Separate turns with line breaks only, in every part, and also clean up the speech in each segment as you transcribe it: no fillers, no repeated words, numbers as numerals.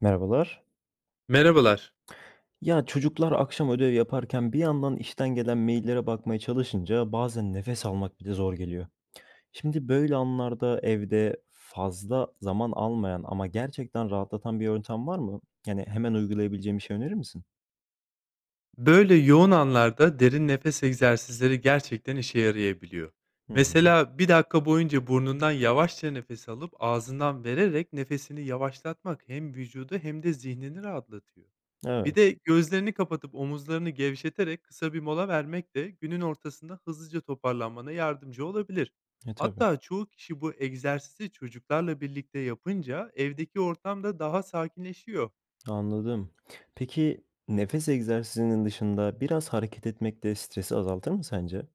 Merhabalar.
Merhabalar.
Ya çocuklar akşam ödev yaparken bir yandan işten gelen maillere bakmaya çalışınca bazen nefes almak bile zor geliyor. Şimdi böyle anlarda evde fazla zaman almayan ama gerçekten rahatlatan bir yöntem var mı? Yani hemen uygulayabileceğim bir şey önerir misin?
Böyle yoğun anlarda derin nefes egzersizleri gerçekten işe yarayabiliyor.
Hı hı.
Mesela bir dakika boyunca burnundan yavaşça nefes alıp ağzından vererek nefesini yavaşlatmak hem vücudu hem de zihnini rahatlatıyor. Bir de
Evet.
gözlerini kapatıp omuzlarını gevşeterek kısa bir mola vermek de günün ortasında hızlıca toparlanmana yardımcı olabilir.
E tabii.
Hatta çoğu kişi bu egzersizi çocuklarla birlikte yapınca evdeki ortam da daha sakinleşiyor.
Anladım. Peki nefes egzersizinin dışında biraz hareket etmek de stresi azaltır mı sence?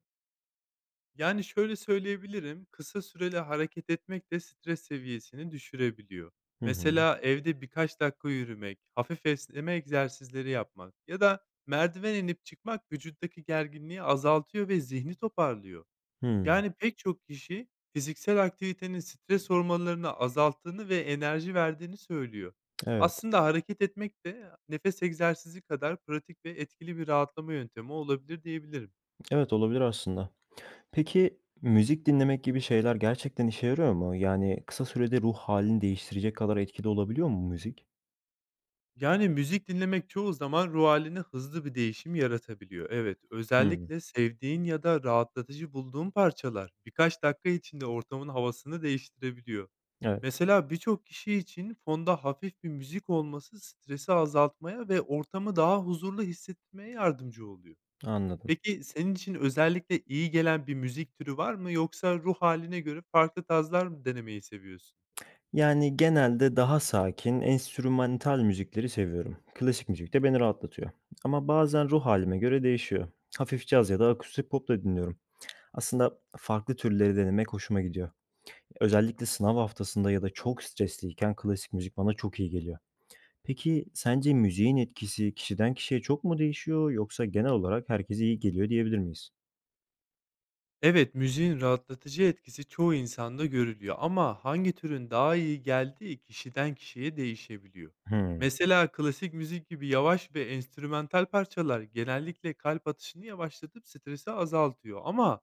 Yani, şöyle söyleyebilirim, kısa süreli hareket etmek de stres seviyesini düşürebiliyor.
Hı hı.
Mesela evde birkaç dakika yürümek, hafif esneme egzersizleri yapmak ya da merdiven inip çıkmak vücuttaki gerginliği azaltıyor ve zihni toparlıyor.
Hı.
Yani, pek çok kişi fiziksel aktivitenin stres hormonlarını azalttığını ve enerji verdiğini söylüyor.
Evet.
Aslında hareket etmek de nefes egzersizi kadar pratik ve etkili bir rahatlama yöntemi olabilir diyebilirim.
Evet olabilir aslında. Peki, müzik dinlemek gibi şeyler gerçekten işe yarıyor mu? Yani kısa sürede ruh halini değiştirecek kadar etkili olabiliyor mu müzik?
Yani, müzik dinlemek çoğu zaman ruh haline hızlı bir değişim yaratabiliyor. Evet,
Hımm.
özellikle sevdiğin ya da rahatlatıcı bulduğun parçalar birkaç dakika içinde ortamın havasını değiştirebiliyor.
Evet,
Mesela birçok kişi için fonda hafif bir müzik olması stresi azaltmaya ve ortamı daha huzurlu hissetmeye yardımcı oluyor.
anladım.
Peki, senin için özellikle iyi gelen bir müzik türü var mı, yoksa ruh haline göre farklı tarzlar mı denemeyi seviyorsun?
Yani genelde daha sakin, enstrümantal müzikleri seviyorum. Klasik müzik de beni rahatlatıyor. Ama bazen ruh halime göre değişiyor. Hafif caz ya da akustik pop da dinliyorum. Aslında farklı türleri denemek hoşuma gidiyor. Özellikle sınav haftasında ya da çok stresliyken klasik müzik bana çok iyi geliyor. Peki sence müziğin etkisi kişiden kişiye çok mu değişiyor yoksa genel olarak herkese iyi geliyor diyebilir miyiz?
Evet, müziğin rahatlatıcı etkisi çoğu insanda görülüyor, ama hangi türün daha iyi geldiği kişiden kişiye değişebiliyor.
Hımm,
Mesela klasik müzik gibi yavaş ve enstrümantal parçalar genellikle kalp atışını yavaşlatıp stresi azaltıyor, ama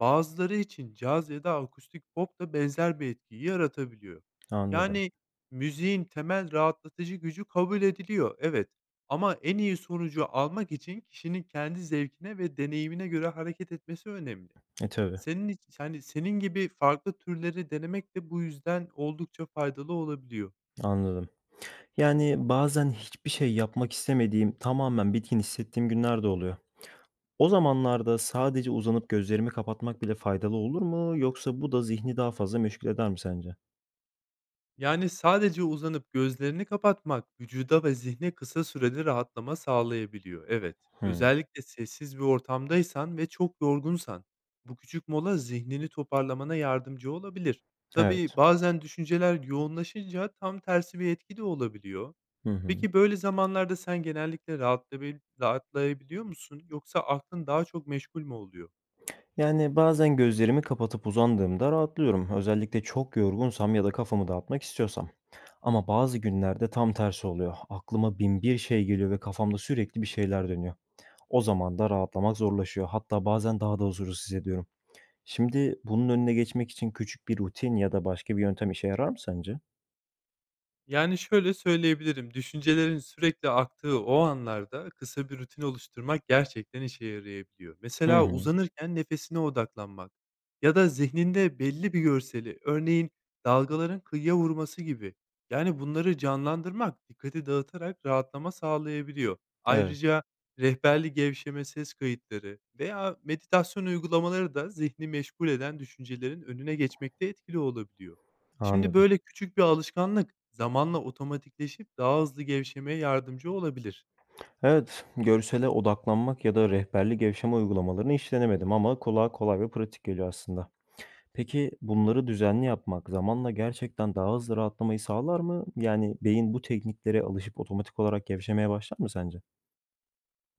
bazıları için caz ya da akustik pop da benzer bir etkiyi yaratabiliyor.
anladım.
Yani müziğin temel rahatlatıcı gücü kabul ediliyor, evet. Ama en iyi sonucu almak için kişinin kendi zevkine ve deneyimine göre hareket etmesi önemli.
E, tabii,
Senin iç yani, senin gibi farklı türleri denemek de bu yüzden oldukça faydalı olabiliyor.
anladım. Yani bazen hiçbir şey yapmak istemediğim, tamamen bitkin hissettiğim günler de oluyor. O zamanlarda sadece uzanıp gözlerimi kapatmak bile faydalı olur mu yoksa bu da zihni daha fazla meşgul eder mi sence?
Yani, sadece uzanıp gözlerini kapatmak vücuda ve zihne kısa süreli rahatlama sağlayabiliyor. Evet,
Hımm,
özellikle sessiz bir ortamdaysan ve çok yorgunsan, bu küçük mola zihnini toparlamana yardımcı olabilir.
evet.
Tabii bazen düşünceler yoğunlaşınca tam tersi bir etki de olabiliyor.
Hı hı.
Peki, böyle zamanlarda sen genellikle rahatlayabiliyor musun, yoksa aklın daha çok meşgul mü oluyor?
Yani bazen gözlerimi kapatıp uzandığımda rahatlıyorum. Özellikle çok yorgunsam ya da kafamı dağıtmak istiyorsam. Ama bazı günlerde tam tersi oluyor. Aklıma bin bir şey geliyor ve kafamda sürekli bir şeyler dönüyor. O zaman da rahatlamak zorlaşıyor. Hatta bazen daha da huzursuz hissediyorum. Şimdi bunun önüne geçmek için küçük bir rutin ya da başka bir yöntem işe yarar mı sence?
Yani, şöyle söyleyebilirim, düşüncelerin sürekli aktığı o anlarda kısa bir rutin oluşturmak gerçekten işe yarayabiliyor.
Hı
Mesela
hı.
uzanırken nefesine odaklanmak ya da zihninde belli bir görseli, örneğin dalgaların kıyıya vurması gibi, yani, bunları canlandırmak dikkati dağıtarak rahatlama sağlayabiliyor.
Evet,
Ayrıca rehberli gevşeme ses kayıtları veya meditasyon uygulamaları da zihni meşgul eden düşüncelerin önüne geçmekte etkili olabiliyor. Şimdi
anladım.
böyle küçük bir alışkanlık zamanla otomatikleşip daha hızlı gevşemeye yardımcı olabilir.
Evet, görsele odaklanmak ya da rehberli gevşeme uygulamalarını hiç denemedim ama kulağa kolay ve pratik geliyor aslında. Peki bunları düzenli yapmak zamanla gerçekten daha hızlı rahatlamayı sağlar mı? Yani beyin bu tekniklere alışıp otomatik olarak gevşemeye başlar mı sence?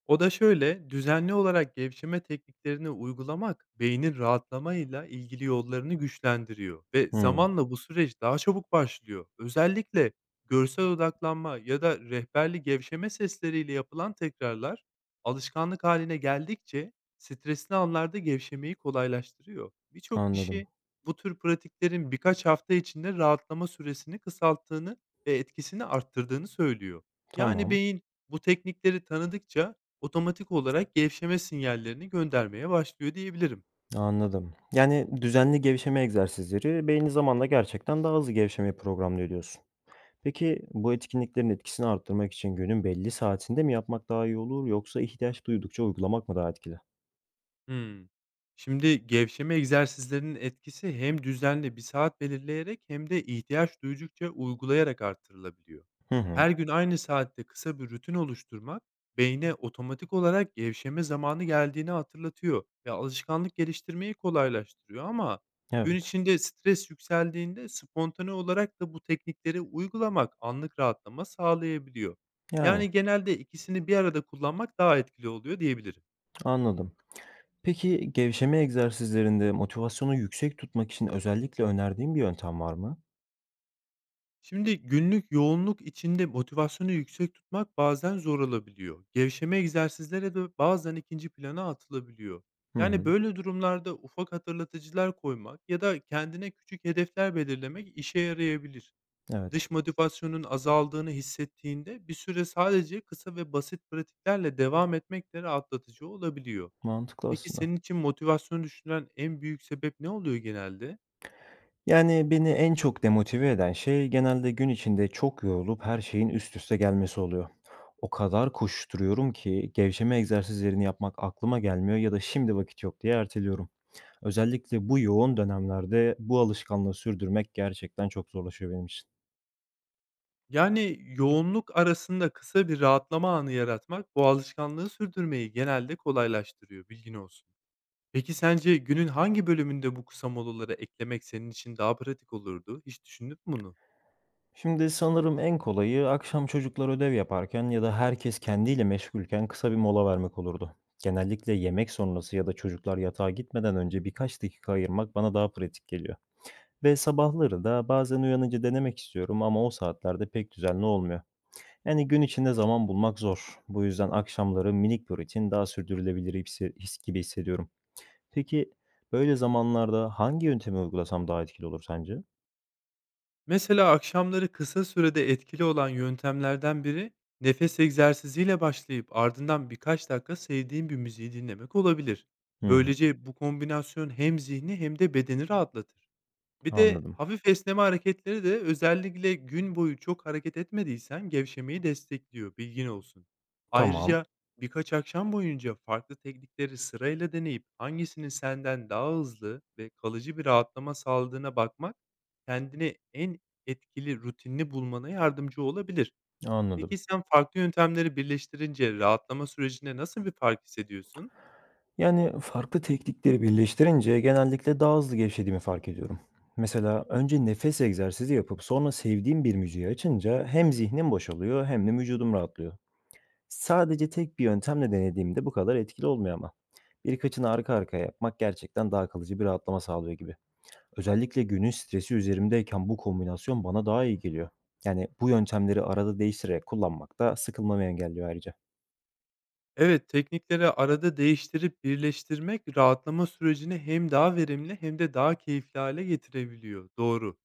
O da şöyle, düzenli olarak gevşeme tekniklerini uygulamak beynin rahatlamayla ilgili yollarını güçlendiriyor ve
Hımm,
zamanla bu süreç daha çabuk başlıyor. Özellikle görsel odaklanma ya da rehberli gevşeme sesleriyle yapılan tekrarlar alışkanlık haline geldikçe stresli anlarda gevşemeyi kolaylaştırıyor. Birçok
anladım.
kişi bu tür pratiklerin birkaç hafta içinde rahatlama süresini kısalttığını ve etkisini arttırdığını söylüyor. Yani
Tamam,
beyin bu teknikleri tanıdıkça otomatik olarak gevşeme sinyallerini göndermeye başlıyor diyebilirim.
anladım. Yani düzenli gevşeme egzersizleri beyni zamanla gerçekten daha hızlı gevşemeye programlıyor diyorsun. Peki bu etkinliklerin etkisini arttırmak için günün belli saatinde mi yapmak daha iyi olur yoksa ihtiyaç duydukça uygulamak mı daha etkili?
Hımm. Şimdi gevşeme egzersizlerinin etkisi hem düzenli bir saat belirleyerek hem de ihtiyaç duydukça uygulayarak arttırılabiliyor.
Hı hı.
Her gün aynı saatte kısa bir rutin oluşturmak beyne otomatik olarak gevşeme zamanı geldiğini hatırlatıyor ve alışkanlık geliştirmeyi kolaylaştırıyor, ama gün
Evet,
içinde stres yükseldiğinde spontane olarak da bu teknikleri uygulamak anlık rahatlama sağlayabiliyor.
yani
Yani genelde ikisini bir arada kullanmak daha etkili oluyor diyebilirim.
anladım. Peki gevşeme egzersizlerinde motivasyonu yüksek tutmak için özellikle önerdiğin bir yöntem var mı?
Şimdi günlük yoğunluk içinde motivasyonu yüksek tutmak bazen zor olabiliyor. Gevşeme egzersizleri de bazen ikinci plana atılabiliyor.
Hı hı.
Yani böyle durumlarda ufak hatırlatıcılar koymak ya da kendine küçük hedefler belirlemek işe yarayabilir.
Evet,
Dış motivasyonun azaldığını hissettiğinde bir süre sadece kısa ve basit pratiklerle devam etmek de rahatlatıcı olabiliyor.
mantıklı
Peki
aslında.
senin için motivasyonu düşüren en büyük sebep ne oluyor genelde?
Yani beni en çok demotive eden şey genelde gün içinde çok yorulup her şeyin üst üste gelmesi oluyor. O kadar koşturuyorum ki gevşeme egzersizlerini yapmak aklıma gelmiyor ya da şimdi vakit yok diye erteliyorum. Özellikle bu yoğun dönemlerde bu alışkanlığı sürdürmek gerçekten çok zorlaşıyor benim için.
Yani, yoğunluk arasında kısa bir rahatlama anı yaratmak bu alışkanlığı sürdürmeyi genelde kolaylaştırıyor, bilgin olsun. Peki sence günün hangi bölümünde bu kısa molaları eklemek senin için daha pratik olurdu? Hiç düşündün mü bunu?
Şimdi sanırım en kolayı akşam çocuklar ödev yaparken ya da herkes kendiyle meşgulken kısa bir mola vermek olurdu. Genellikle yemek sonrası ya da çocuklar yatağa gitmeden önce birkaç dakika ayırmak bana daha pratik geliyor. Ve sabahları da bazen uyanınca denemek istiyorum ama o saatlerde pek düzenli olmuyor. Yani gün içinde zaman bulmak zor. Bu yüzden akşamları minik bir rutin daha sürdürülebilir hisse- his gibi hissediyorum. Peki böyle zamanlarda hangi yöntemi uygulasam daha etkili olur sence?
Mesela akşamları kısa sürede etkili olan yöntemlerden biri nefes egzersiziyle başlayıp ardından birkaç dakika sevdiğin bir müziği dinlemek olabilir.
Hı hı,
Böylece bu kombinasyon hem zihni hem de bedeni rahatlatır. Bir de
anladım.
hafif esneme hareketleri de özellikle gün boyu çok hareket etmediysen gevşemeyi destekliyor, bilgin olsun.
Tamam,
Ayrıca birkaç akşam boyunca farklı teknikleri sırayla deneyip hangisinin senden daha hızlı ve kalıcı bir rahatlama sağladığına bakmak kendine en etkili rutinini bulmana yardımcı olabilir.
anladım.
Peki sen farklı yöntemleri birleştirince rahatlama sürecinde nasıl bir fark hissediyorsun?
Yani, farklı teknikleri birleştirince genellikle daha hızlı gevşediğimi fark ediyorum. Mesela önce nefes egzersizi yapıp sonra sevdiğim bir müziği açınca hem zihnim boşalıyor hem de vücudum rahatlıyor. Sadece tek bir yöntemle denediğimde bu kadar etkili olmuyor ama. Birkaçını arka arkaya yapmak gerçekten daha kalıcı bir rahatlama sağlıyor gibi. Özellikle günün stresi üzerimdeyken bu kombinasyon bana daha iyi geliyor. Yani bu yöntemleri arada değiştirerek kullanmak da sıkılmamı engelliyor ayrıca.
Evet, teknikleri arada değiştirip birleştirmek rahatlama sürecini hem daha verimli hem de daha keyifli hale getirebiliyor. Doğru.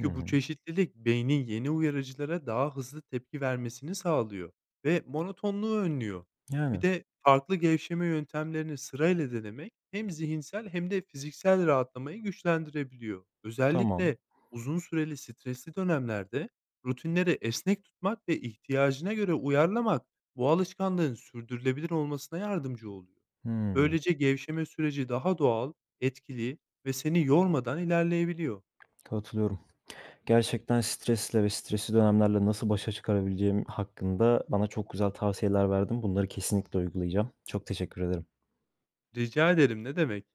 Hı
bu
hı.
çeşitlilik beynin yeni uyarıcılara daha hızlı tepki vermesini sağlıyor ve monotonluğu önlüyor. Bir
Yani.
de farklı gevşeme yöntemlerini sırayla denemek hem zihinsel hem de fiziksel rahatlamayı güçlendirebiliyor.
Tamam.
Özellikle uzun süreli stresli dönemlerde rutinleri esnek tutmak ve ihtiyacına göre uyarlamak bu alışkanlığın sürdürülebilir olmasına yardımcı oluyor.
Hımm.
Böylece gevşeme süreci daha doğal, etkili ve seni yormadan ilerleyebiliyor.
Katılıyorum. Gerçekten stresle ve stresli dönemlerle nasıl başa çıkarabileceğim hakkında bana çok güzel tavsiyeler verdin. Bunları kesinlikle uygulayacağım. Çok teşekkür ederim.
Rica ederim, ne demek.